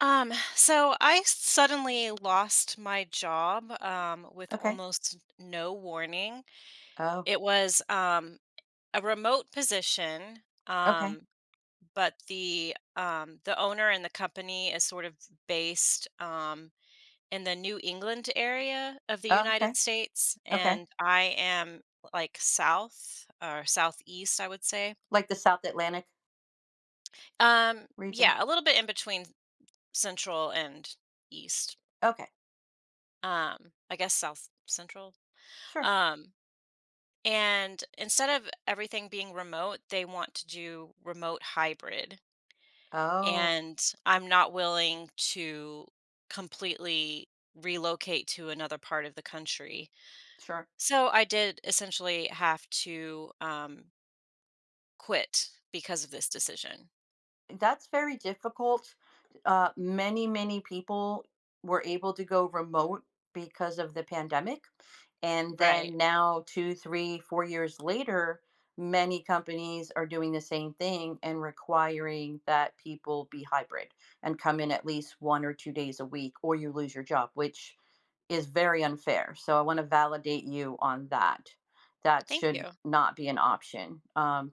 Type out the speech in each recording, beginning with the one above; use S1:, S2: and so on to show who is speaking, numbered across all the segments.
S1: So I suddenly lost my job with
S2: Okay.
S1: almost no warning.
S2: Oh,
S1: It was a remote position,
S2: okay.
S1: um, but the owner and the company is sort of based in the New England area of the
S2: Oh,
S1: United
S2: okay.
S1: States,
S2: Okay.
S1: and I am like south or southeast, I would say.
S2: Like the South Atlantic
S1: Um,
S2: region?
S1: yeah, a little bit in between central and east.
S2: Okay.
S1: um I guess south central.
S2: Sure.
S1: um and instead of everything being remote, they want to do remote hybrid,
S2: Oh,
S1: and I'm not willing to completely relocate to another part of the country.
S2: sure.
S1: So I did essentially have to quit because of this decision.
S2: That's very difficult. Many, many people were able to go remote because of the pandemic. And
S1: Right.
S2: then now, two, three, 4 years later, many companies are doing the same thing and requiring that people be hybrid and come in at least 1 or 2 days a week, or you lose your job, which is very unfair. So I want to validate you on that. That
S1: Thank you.
S2: should not be an option.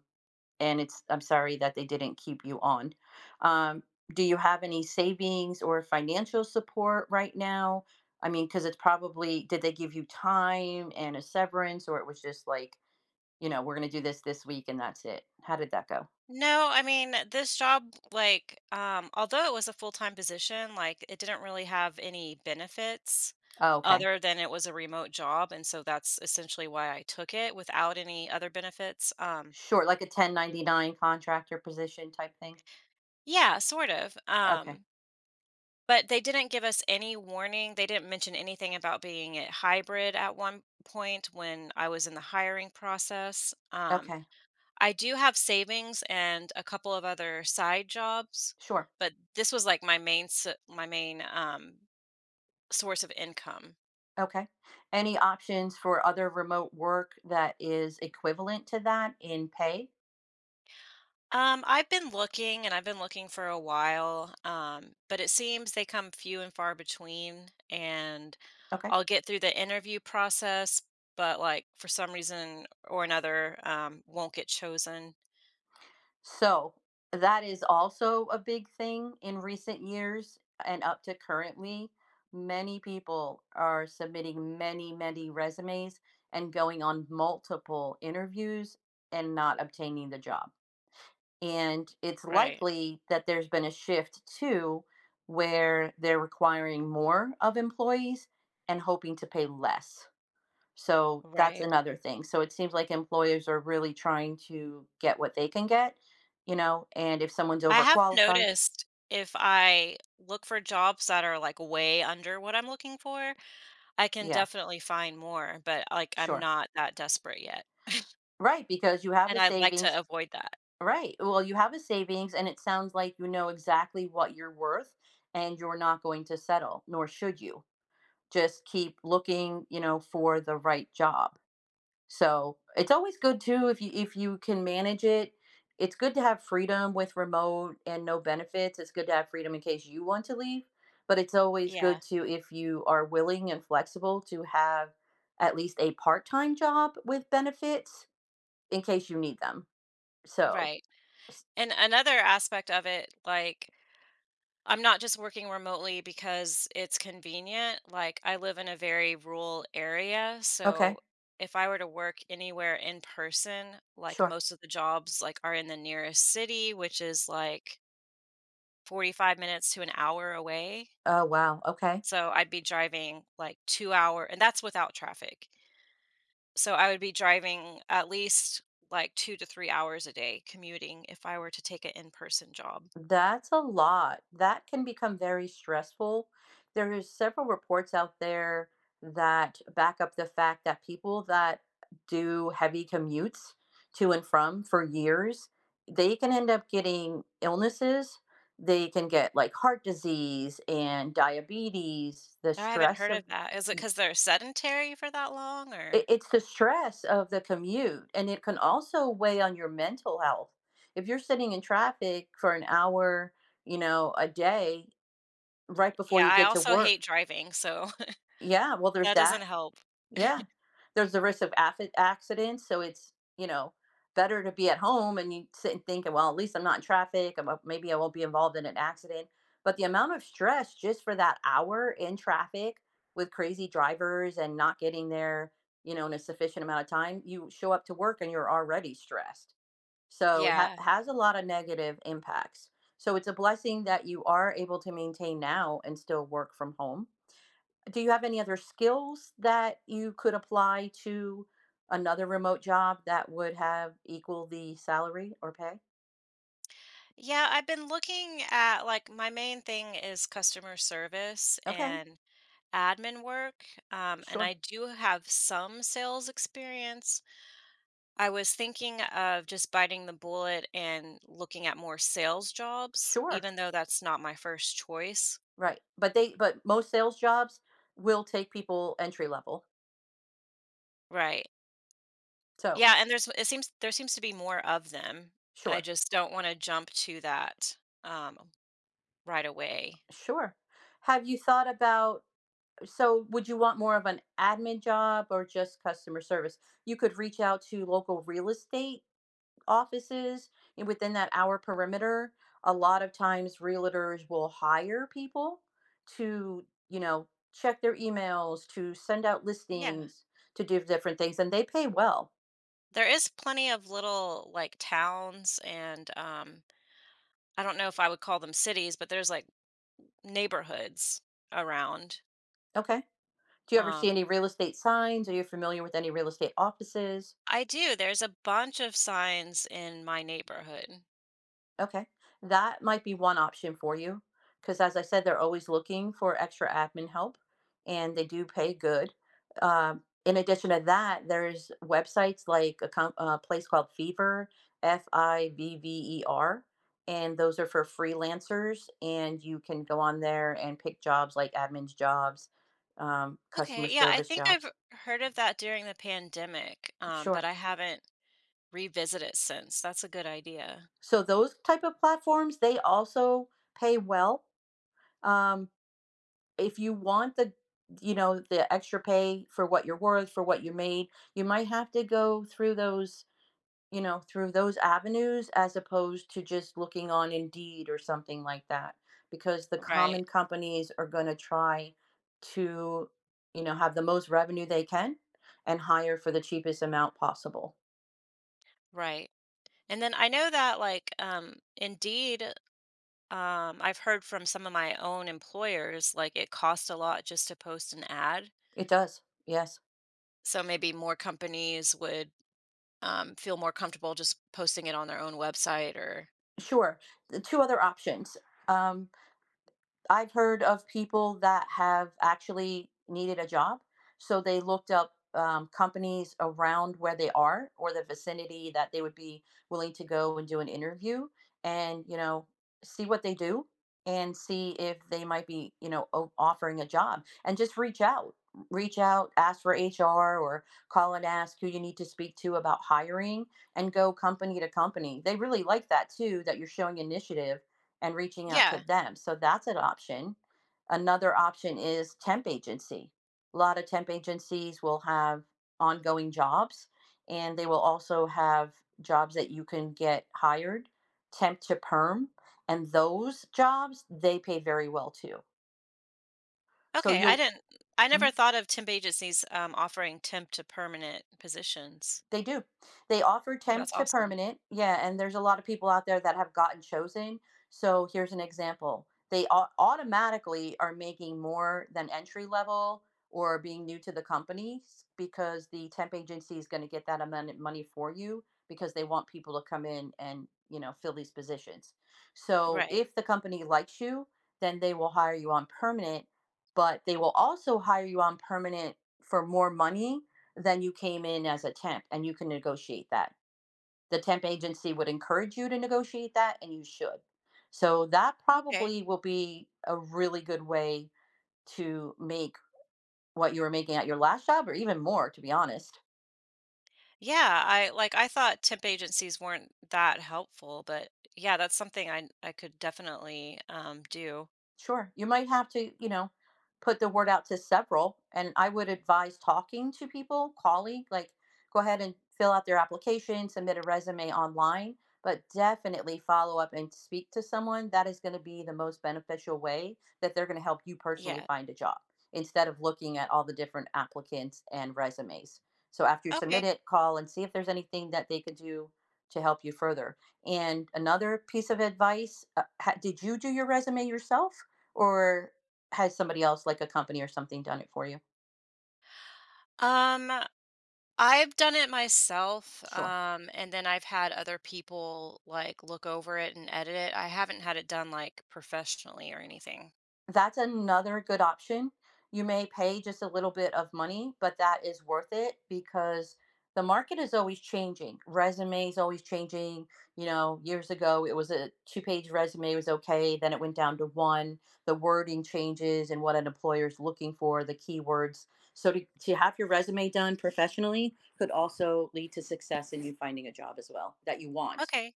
S2: And it's I'm sorry that they didn't keep you on. Um, do you have any savings or financial support right now? I mean, because it's probably did they give you time and a severance, or it was just like we're gonna do this week and that's it. How did that go?
S1: No, I mean, this job, like, although it was a full-time position, like, it didn't really have any benefits
S2: Oh, okay,
S1: other than it was a remote job, and so that's essentially why I took it without any other benefits.
S2: sure, like a 1099 contractor position type thing.
S1: Yeah, sort of.
S2: Okay,
S1: But they didn't give us any warning. They didn't mention anything about being a hybrid at one point when I was in the hiring process.
S2: okay,
S1: I do have savings and a couple of other side jobs,
S2: sure.
S1: but this was like my main, source of income.
S2: Okay. Any options for other remote work that is equivalent to that in pay?
S1: I've been looking, and I've been looking for a while, but it seems they come few and far between, and
S2: Okay.
S1: I'll get through the interview process, but, like, for some reason or another, won't get chosen.
S2: So that is also a big thing in recent years and up to currently. Many people are submitting many, many resumes and going on multiple interviews and not obtaining the job. And it's
S1: Right,
S2: likely that there's been a shift too, where they're requiring more of employees and hoping to pay less. So that's
S1: right.
S2: another thing. So it seems like employers are really trying to get what they can get, and if someone's
S1: I have
S2: overqualified,
S1: noticed if I look for jobs that are, like, way under what I'm looking for, I can
S2: yeah,
S1: definitely find more, but, like, I'm
S2: sure.
S1: not that desperate yet,
S2: Right, because you have
S1: and
S2: a
S1: I'd like to
S2: savings,
S1: avoid that.
S2: right. Well, you have a savings and it sounds like you know exactly what you're worth and you're not going to settle, nor should you. Just keep looking for the right job. So it's always good too if you can manage it. It's good to have freedom with remote and no benefits. It's good to have freedom in case you want to leave, but it's always good
S1: Yeah,
S2: to if you are willing and flexible to have at least a part-time job with benefits in case you need them. So,
S1: right.
S2: s-
S1: And another aspect of it, like, I'm not just working remotely because it's convenient, like, I live in a very rural area, so
S2: okay,
S1: if I were to work anywhere in person, like,
S2: sure.
S1: most of the jobs, like, are in the nearest city, which is, like, 45 minutes to an hour away,
S2: Oh wow, okay.
S1: so I'd be driving, like, 2 hour and that's without traffic. So I would be driving at least like 2 to 3 hours a day commuting if I were to take an in-person job.
S2: That's a lot. That can become very stressful. There is several reports out there that back up the fact that people that do heavy commutes to and from for years, they can end up getting illnesses. They can get like heart disease and diabetes. The
S1: I haven't
S2: stress
S1: heard
S2: of
S1: of that. Is it because it 'cause they're sedentary for that long,
S2: it
S1: or...
S2: it's the stress of the commute, and it can also weigh on your mental health. If you're sitting in traffic for an hour, a day right before
S1: Yeah,
S2: you
S1: I
S2: get to
S1: also
S2: work,
S1: hate driving, so
S2: yeah, well, there's
S1: that doesn't
S2: that.
S1: help.
S2: Yeah. There's the risk of accidents. So it's better to be at home and you sit and think, well, at least I'm not in traffic. Maybe I won't be involved in an accident. But the amount of stress just for that hour in traffic with crazy drivers and not getting there, in a sufficient amount of time, you show up to work and you're already stressed. So it
S1: Yeah.
S2: has a lot of negative impacts. So it's a blessing that you are able to maintain now and still work from home. Do you have any other skills that you could apply to another remote job that would have equal the salary or pay?
S1: Yeah, I've been looking at, like, my main thing is customer service
S2: Okay,
S1: and admin work, and I
S2: sure,
S1: do have some sales experience. I was thinking of just biting the bullet and looking at more sales jobs,
S2: sure,
S1: even though that's not my first choice.
S2: right. But most sales jobs will take people entry level.
S1: Right.
S2: So
S1: Yeah, and there seems to be more of them. I
S2: sure,
S1: just don't want to jump to that um right away.
S2: sure. Have you thought about? So would you want more of an admin job or just customer service? You could reach out to local real estate offices and within that hour perimeter, a lot of times realtors will hire people to, check their emails, to send out
S1: Yeah.
S2: listings, to do different things, and they pay well.
S1: There is plenty of little, like, towns and I don't know if I would call them cities, but there's, like, neighborhoods around.
S2: Okay. Do you ever see
S1: Um
S2: any real estate signs? Are you familiar with any real estate offices?
S1: I do. There's a bunch of signs in my neighborhood.
S2: Okay, that might be one option for you, because as I said, they're always looking for extra admin help, and they do pay good. In addition to that, there's websites like a place called Fiverr, Fivver, and those are for freelancers, and you can go on there and pick jobs like admin's jobs, customer
S1: Okay, yeah, I
S2: service
S1: think I've
S2: jobs.
S1: heard of that during the pandemic, but
S2: Sure.
S1: I haven't revisited it since. That's a good idea.
S2: So those type of platforms, they also pay well, um, if you want the you know the extra pay for what you're worth for what you made, you might have to go through those avenues as opposed to just looking on Indeed or something like that, because the
S1: Right,
S2: common companies are going to try to have the most revenue they can and hire for the cheapest amount possible.
S1: right. And then I know that, like, Indeed, I've heard from some of my own employers, like, it costs a lot just to post an ad.
S2: It does, yes.
S1: So maybe more companies would feel more comfortable just posting it on their own website, or...
S2: Sure, the two other options, um, I've heard of people that have actually needed a job. So they looked up companies around where they are or the vicinity that they would be willing to go and do an interview and, see what they do and see if they might be, offering a job and just reach out. Reach out, ask for HR or call and ask who you need to speak to about hiring and go company to company. They really like that too, that you're showing initiative and reaching out to
S1: Yeah.
S2: them. So that's an option. Another option is temp agency. A lot of temp agencies will have ongoing jobs and they will also have jobs that you can get hired, temp to perm, and those jobs they pay very well too. So
S1: Okay,
S2: you'll.
S1: I never
S2: Mhm.
S1: thought of temp agencies offering temp to permanent positions.
S2: They do. They offer
S1: Oh,
S2: temp
S1: that's
S2: to
S1: awesome.
S2: permanent. Yeah, and there's a lot of people out there that have gotten chosen. So here's an example. They automatically are making more than entry level or being new to the companies, because the temp agency is going to get that amount of money for you because they want people to come in and, fill these positions. So
S1: Right.
S2: if the company likes you, then they will hire you on permanent, but they will also hire you on permanent for more money then you came in as a temp, and you can negotiate that. The temp agency would encourage you to negotiate that and you should. So that
S1: Okay.
S2: probably will be a really good way to make what you were making at your last job or even more, to be honest.
S1: Yeah, I, like, I thought temp agencies weren't that helpful, but yeah, that's something I could definitely do.
S2: Sure. You might have to, put the word out to several. And I would advise talking to people, calling, like go ahead and fill out their application, submit a resume online, but definitely follow up and speak to someone. That is going to be the most beneficial way that they're going to help you personally
S1: Yeah.
S2: find a job instead of looking at all the different applicants and resumes. So after you submit
S1: Okay.
S2: it, call and see if there's anything that they could do to help you further. And another piece of advice, did you do your resume yourself? Or has somebody else like a company or something done it for you?
S1: Um I've done it myself,
S2: Sure.
S1: and then I've had other people, like, look over it and edit it. I haven't had it done, like, professionally or anything.
S2: That's another good option. You may pay just a little bit of money, but that is worth it because the market is always changing. Resumes always changing. You know, years ago it was a two-page resume was okay, then it went down to one. The wording changes and what an employer is looking for, the keywords. So to have your resume done professionally could also lead to success in you finding a job as well that you want.
S1: Okay.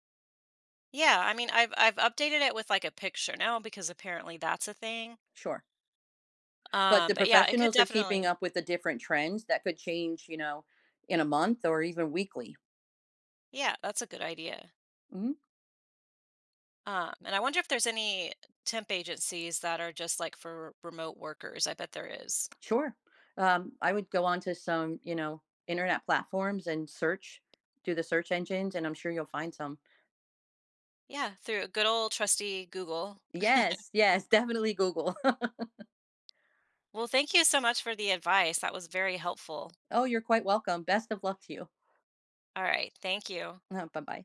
S1: Yeah, I mean I've updated it with, like, a picture now, because apparently that's a thing.
S2: Sure. But the
S1: But yeah, it could
S2: professionals are keeping
S1: definitely...
S2: up with the different trends that could change, in a month or even weekly.
S1: Yeah, that's a good idea.
S2: Mhm.
S1: And I wonder if there's any temp agencies that are just, like, for remote workers. I bet there is.
S2: Sure. I would go onto some, internet platforms and search, do the search engines, and I'm sure you'll find some.
S1: Yeah, through a good old trusty Google.
S2: Yes, yes, definitely Google.
S1: Well, thank you so much for the advice. That was very helpful.
S2: Oh, you're quite welcome. Best of luck to you.
S1: All right. Thank you.
S2: Bye bye.